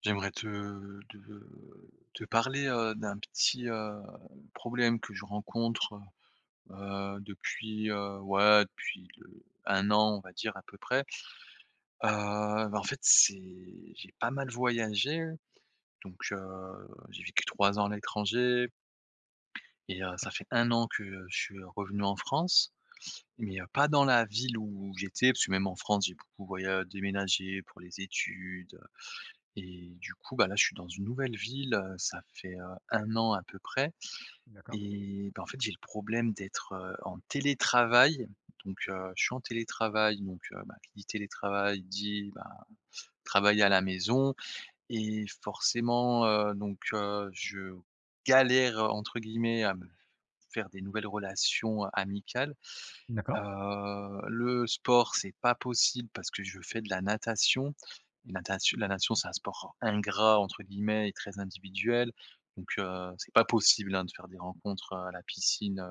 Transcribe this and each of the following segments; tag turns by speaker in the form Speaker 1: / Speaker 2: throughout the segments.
Speaker 1: J'aimerais te parler, d'un petit, problème que je rencontre, depuis, ouais, depuis le 1 an, on va dire à peu près. Heu, Bah, en fait, c'est j'ai pas mal voyagé, donc j'ai vécu 3 ans à l'étranger et ça fait 1 an que je suis revenu en France, mais pas dans la ville où j'étais, parce que même en France, j'ai beaucoup voyagé, déménagé pour les études. Et du coup, bah, là, je suis dans une nouvelle ville, ça fait, 1 an à peu près et bah, en fait, j'ai le problème d'être, en télétravail. Donc, je suis en télétravail, donc, bah, qui dit télétravail dit, bah, travailler à la maison et forcément, donc, je «galère», entre guillemets, à me faire des nouvelles relations amicales. Le sport, c'est pas possible parce que je fais de la natation. Et Natation la natation, c'est un sport «ingrat» entre guillemets et très individuel. Donc, c'est pas possible, hein, de faire des rencontres à la piscine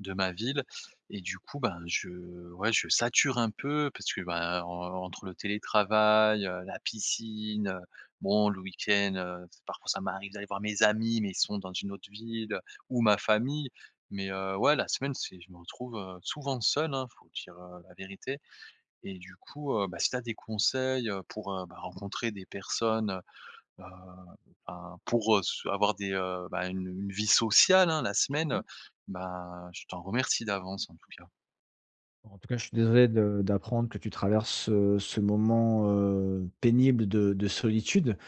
Speaker 1: de ma ville. Et du coup, ben, je sature un peu parce que, ben, en entre le télétravail, la piscine, bon, le week-end, parfois ça m'arrive d'aller voir mes amis, mais ils sont dans une autre ville, ou ma famille. Mais, ouais, la semaine, c'est je me retrouve, souvent seul, hein, faut dire, la vérité. Et du coup, bah, si tu as des conseils, pour, bah, rencontrer des personnes. Heu, enfin, pour, se avoir des, bah, une vie sociale, hein, la semaine, bah, je t'en remercie d'avance, en tout cas.
Speaker 2: En tout cas, je suis désolé de d'apprendre que tu traverses, ce moment, pénible de solitude.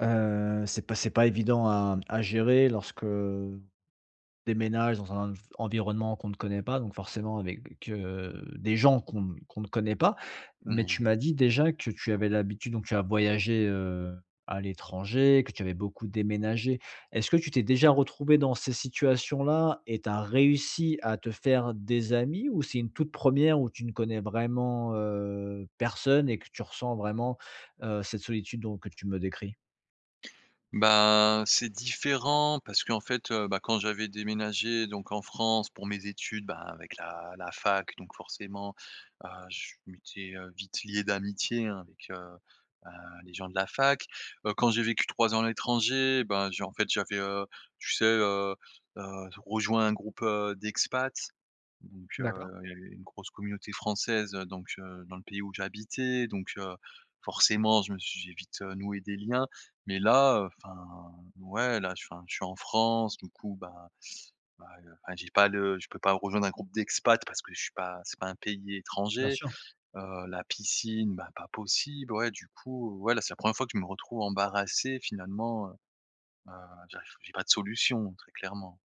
Speaker 2: C'est pas évident à gérer lorsque déménage dans un environnement qu'on ne connaît pas, donc forcément avec, des gens qu'on ne connaît pas. Mais
Speaker 1: Oui.
Speaker 2: tu m'as dit déjà que tu avais l'habitude donc tu as voyagé, à l'étranger, que tu avais beaucoup déménagé. Est-ce que tu t'es déjà retrouvé dans ces situations-là et tu as réussi à te faire des amis ou c'est une toute première où tu ne connais vraiment, personne et que tu ressens vraiment, cette solitude dont que tu me décris?
Speaker 1: Ben, c'est différent parce qu'en fait, bah, quand j'avais déménagé donc en France pour mes études, ben, avec la fac, donc forcément, je m'étais, vite lié d'amitié, hein, avec, bah, les gens de la fac. Quand j'ai vécu 3 ans à l'étranger, ben, j'ai en fait, j'avais, tu sais, rejoint un groupe, d'expats. Donc, il y avait une grosse communauté française, donc, dans le pays où j'habitais, donc, forcément je me suis j'ai vite, noué des liens. Mais là, enfin, ouais, là, je suis en France, du coup, bah, enfin, j'ai pas le je peux pas rejoindre un groupe d'expats parce que je suis pas c'est pas un pays étranger. La piscine, bah, pas possible, ouais, du coup, ouais, là, c'est la première fois que je me retrouve embarrassé finalement, heu, j'ai pas de solution, très clairement.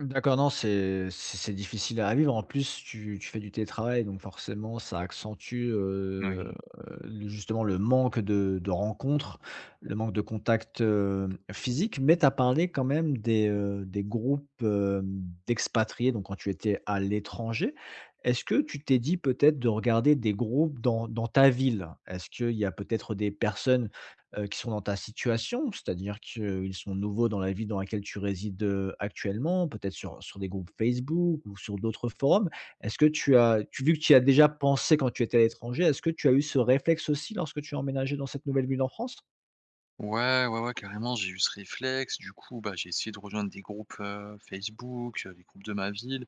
Speaker 2: D'accord, non, c'est difficile à vivre. En plus, tu fais du télétravail, donc forcément, ça accentue,
Speaker 1: Oui.
Speaker 2: le justement le manque de rencontres, le manque de contact, physique. Mais tu as parlé quand même des groupes, d'expatriés, donc quand tu étais à l'étranger. Est-ce que tu t'es dit peut-être de regarder des groupes dans ta ville? Est-ce qu'il y a peut-être des personnes qui sont dans ta situation, c'est-à-dire qu'ils sont nouveaux dans la ville dans laquelle tu résides, actuellement, peut-être sur des groupes Facebook ou sur d'autres forums. Est-ce que tu vu que tu y as déjà pensé quand tu étais à l'étranger, est-ce que tu as eu ce réflexe aussi lorsque tu as emménagé dans cette nouvelle ville en France?
Speaker 1: Ouais, ouais, ouais, carrément, j'ai eu ce réflexe. Du coup, bah, j'ai essayé de rejoindre des groupes, Facebook, les groupes de ma ville,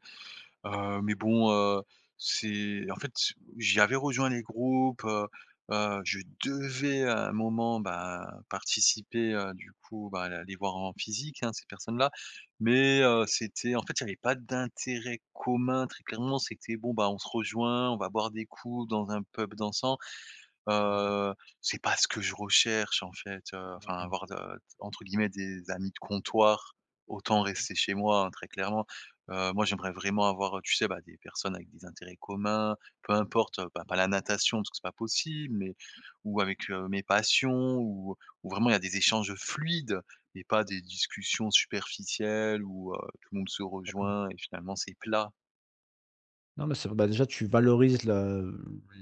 Speaker 1: mais bon, c'est en fait, j'avais rejoint les groupes, je devais à un moment, bah, participer, du coup, bah, la les voir en physique, hein, ces personnes-là, mais c'était, en fait, il n'y avait pas d'intérêt commun, très clairement. C'était bon, bah, on se rejoint, on va boire des coups dans un pub dansant. Heu, c'est pas ce que je recherche en fait, enfin avoir de entre guillemets «des amis de comptoir», autant rester chez moi, hein, très clairement. Moi j'aimerais vraiment avoir, tu sais, bah, des personnes avec des intérêts communs, peu importe, bah, pas la natation parce que c'est pas possible, mais ou avec, mes passions, ou vraiment il y a des échanges fluides et pas des discussions superficielles où, tout le monde se rejoint et finalement c'est plat.
Speaker 2: Non, mais c'est bah, déjà, tu valorises la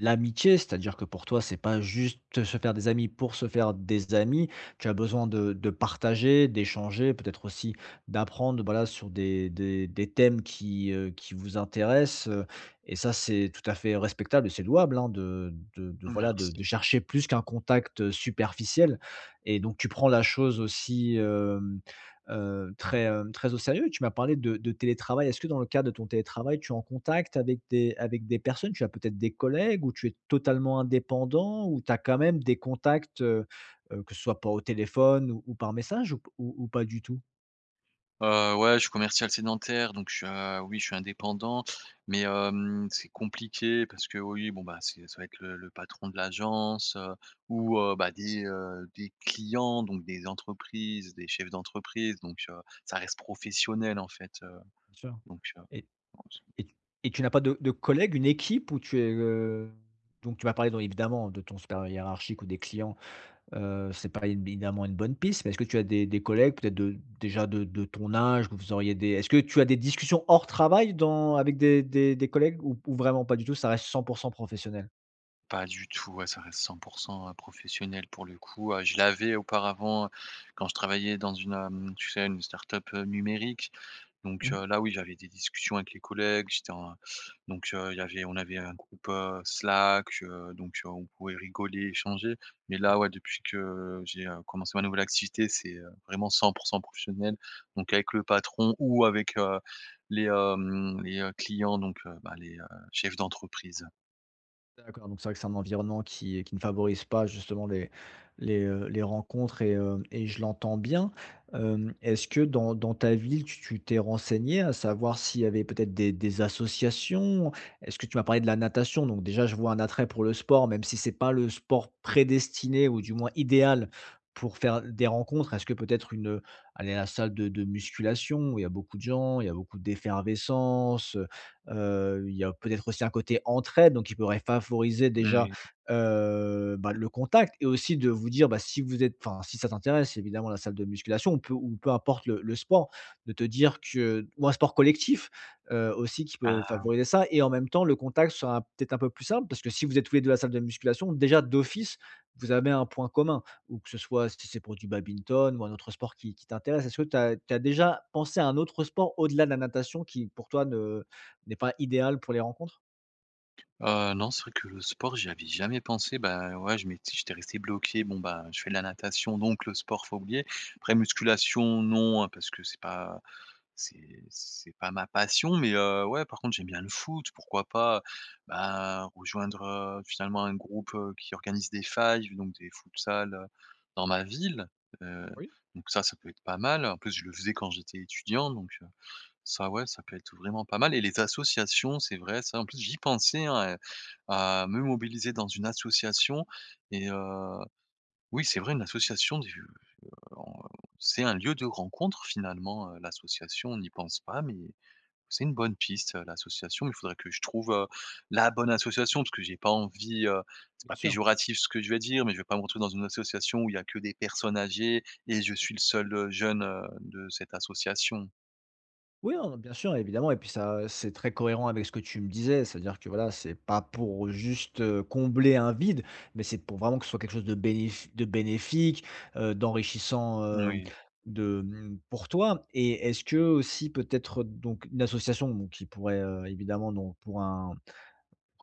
Speaker 2: l'amitié, c'est-à-dire que pour toi, c'est pas juste se faire des amis pour se faire des amis. Tu as besoin de partager, d'échanger, peut-être aussi d'apprendre, voilà, sur des thèmes qui vous intéressent, et ça, c'est tout à fait respectable et c'est louable, hein, de voilà, de
Speaker 1: Merci.
Speaker 2: chercher plus qu'un contact, superficiel et donc tu prends la chose aussi, très, très au sérieux. Tu m'as parlé de télétravail. Est-ce que dans le cadre de ton télétravail, tu es en contact avec des personnes? Tu as peut-être des collègues ou tu es totalement indépendant ou tu as quand même des contacts, que ce soit par au téléphone ou par message ou pas du tout?
Speaker 1: Ouais, je suis commercial sédentaire, donc oui, je suis indépendant, mais c'est compliqué parce que oui, bon, bah, c'est ça va être le patron de l'agence, ou, bah, des clients, donc des entreprises, des chefs d'entreprise, donc ça reste professionnel, en fait,
Speaker 2: Bien sûr.
Speaker 1: donc
Speaker 2: Et
Speaker 1: non, c'est
Speaker 2: et et tu n'as pas de collègues, une équipe où tu es, donc tu m'as parlé donc évidemment de ton supérieur hiérarchique ou des clients. C'est pas évidemment une bonne piste, mais est-ce que tu as des collègues peut-être de déjà de ton âge que vous auriez des est-ce que tu as des discussions hors travail dans avec des collègues ou vraiment pas du tout, ça reste 100% professionnel?
Speaker 1: pas du tout. Ouais, ça reste 100% professionnel pour le coup, je l'avais auparavant quand je travaillais dans une, tu sais, une start-up numérique. Donc
Speaker 2: Mmh mh.
Speaker 1: là, oui, j'avais des discussions avec les collègues, j'étais en donc il y avait on avait un groupe, Slack, donc on pouvait rigoler, échanger. Mais là, ouais, depuis que j'ai, commencé ma nouvelle activité, c'est, vraiment 100% professionnel. Donc avec le patron ou avec, les, clients, donc bah, les, chefs d'entreprise.
Speaker 2: D'accord, donc c'est vrai que c'est un environnement qui ne favorise pas justement les les rencontres et je l'entends bien. Est-ce que dans ta ville, tu t'es renseigné à savoir s'il y avait peut-être des associations? Est-ce que tu m'as parlé de la natation, donc déjà je vois un attrait pour le sport, même si c'est pas le sport prédestiné ou du moins idéal pour faire des rencontres. Est-ce que peut-être une, aller à la salle de musculation où il y a beaucoup de gens, il y a beaucoup d'effervescence? Il y a peut-être aussi un côté entraide, donc il pourrait favoriser déjà,
Speaker 1: Moui.
Speaker 2: le contact et aussi de vous dire, bah, si vous êtes enfin, si ça t'intéresse évidemment la salle de musculation, on peut ou peu importe le sport, de te dire que ou un sport collectif, aussi qui peut
Speaker 1: Ah.
Speaker 2: favoriser ça et en même temps le contact sera peut-être un peu plus simple parce que si vous êtes tous les 2 à la salle de musculation, déjà d'office, vous avez un point commun ou que ce soit si c'est pour du badminton ou un autre sport qui t'intéresse. Est-ce que tu as déjà pensé à un autre sport au-delà de la natation qui pour toi ne n'est pas idéal pour les rencontres?
Speaker 1: Non, c'est vrai que le sport, j'y avais jamais pensé. Bah, ouais, je m'étais j'étais resté bloqué. Bon, bah, je fais de la natation, donc le sport, faut oublier. Après musculation, non, hein, parce que c'est pas ma passion, mais ouais, par contre, j'aime bien le foot, pourquoi pas, bah, rejoindre, finalement un groupe, qui organise des fives, donc des futsal, dans ma ville, heu,
Speaker 2: Oui,
Speaker 1: donc ça peut être pas mal. En plus, je le faisais quand j'étais étudiant, donc ça, ouais, ça peut être vraiment pas mal. Et les associations, c'est vrai, ça, en plus, j'y pensais, hein, à me mobiliser dans une association et oui, c'est vrai, une association des en c'est un lieu de rencontre finalement, l'association, on n'y pense pas, mais c'est une bonne piste, l'association. Il faudrait que je trouve, la bonne association parce que j'ai pas envie, c'est
Speaker 2: bien
Speaker 1: pas
Speaker 2: sûr.
Speaker 1: péjoratif ce que je vais dire, mais je vais pas me retrouver dans une association où il y a que des personnes âgées et je suis le seul, jeune, de cette association.
Speaker 2: Oui, non, bien sûr, évidemment et puis ça c'est très cohérent avec ce que tu me disais. C'est-à-dire que voilà, c'est pas pour juste, combler un vide, mais c'est pour vraiment que ce soit quelque chose de bénéfique, d'enrichissant, pour toi et est-ce que aussi peut-être donc une association donc qui pourrait, évidemment donc pour un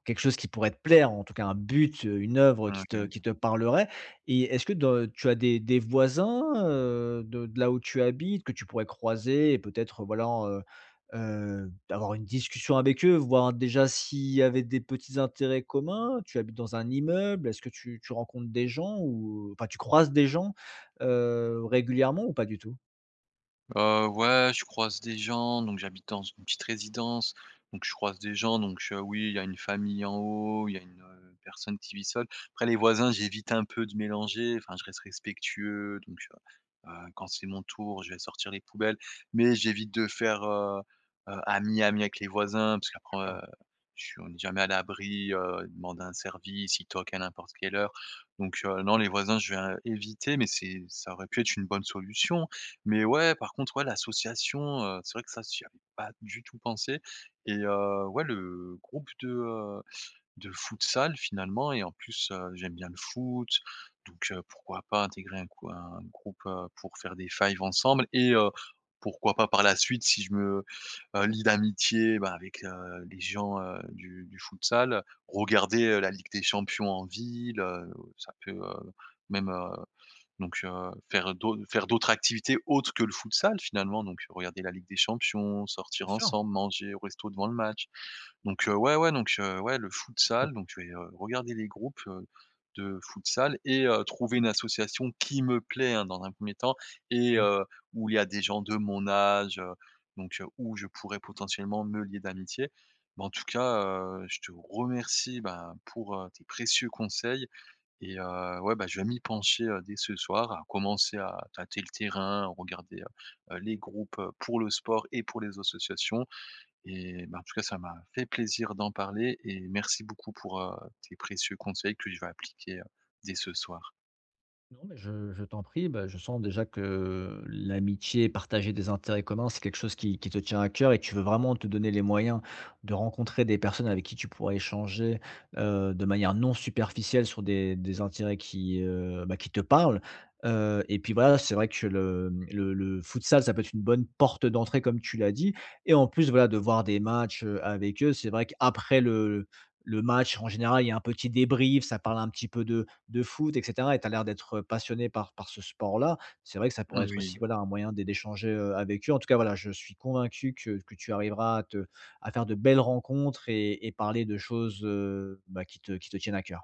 Speaker 2: quelque chose qui pourrait te plaire, en tout cas un but, une œuvre
Speaker 1: Oui, oui.
Speaker 2: qui te parlerait et est-ce que de tu as des voisins, de là où tu habites que tu pourrais croiser et peut-être, voilà, avoir une discussion avec eux, voir déjà s'il y avait des petits intérêts communs? Tu habites dans un immeuble? Est-ce que tu rencontres des gens ou enfin, tu croises des gens, régulièrement ou pas du tout?
Speaker 1: Ouais, je croise des gens, donc j'habite dans une petite résidence, donc je croise des gens, donc oui, il y a une famille en haut, il y a une, personne qui vit seule. Après les voisins, j'évite un peu de mélanger, enfin je reste respectueux, donc quand c'est mon tour, je vais sortir les poubelles, mais j'évite de faire, ami, ami avec les voisins parce qu'après, heu, je suis on n'est jamais à l'abri, ils demandent un service, ils toquent à n'importe quelle heure, donc non, les voisins, je vais, éviter, mais c'est ça aurait pu être une bonne solution, mais ouais, par contre, ouais, l'association, c'est vrai que ça, j'y avais pas du tout pensé. Et ouais, le groupe de futsal finalement. Et en plus, j'aime bien le foot, donc pourquoi pas intégrer un groupe, pour faire des fives ensemble. Et pourquoi pas par la suite si je me, lie d'amitié, bah, avec, les gens, du futsal, regarder, la Ligue des Champions en ville, ça peut, même, donc faire d'autres activités autres que le futsal finalement. Donc regarder la Ligue des Champions, sortir ensemble, manger au resto devant le match. Donc ouais, ouais, donc ouais, le futsal, donc je vais, regarder les groupes, de futsal et trouver une association qui me plaît, hein, dans un premier temps, et où il y a des gens de mon âge, donc où je pourrais potentiellement me lier d'amitié. Mais en tout cas, je te remercie, ben, pour, tes précieux conseils. Et ouais, bah, je vais m'y pencher, dès ce soir, à commencer à tâter le terrain, regarder, les groupes, pour le sport et pour les associations. Et bah, en tout cas, ça m'a fait plaisir d'en parler et merci beaucoup pour, tes précieux conseils que je vais appliquer, dès ce soir.
Speaker 2: Non, mais je t'en prie, bah, je sens déjà que l'amitié, partager des intérêts communs, c'est quelque chose qui te tient à cœur et tu veux vraiment te donner les moyens de rencontrer des personnes avec qui tu pourras échanger de manière non superficielle sur des intérêts qui, bah, qui te parlent. Et puis voilà, c'est vrai que le futsal, ça peut être une bonne porte d'entrée, comme tu l'as dit. Et en plus, voilà, de voir des matchs avec eux, c'est vrai qu'après le match, en général, il y a un petit débrief, ça parle un petit peu de foot et cetera et tu as l'air d'être passionné par ce sport-là. C'est vrai que ça pourrait être
Speaker 1: Oui.
Speaker 2: aussi, voilà, un moyen d'échanger, avec eux. En tout cas, voilà, je suis convaincu que tu arriveras à faire de belles rencontres et parler de choses, bah, qui te tiennent à cœur.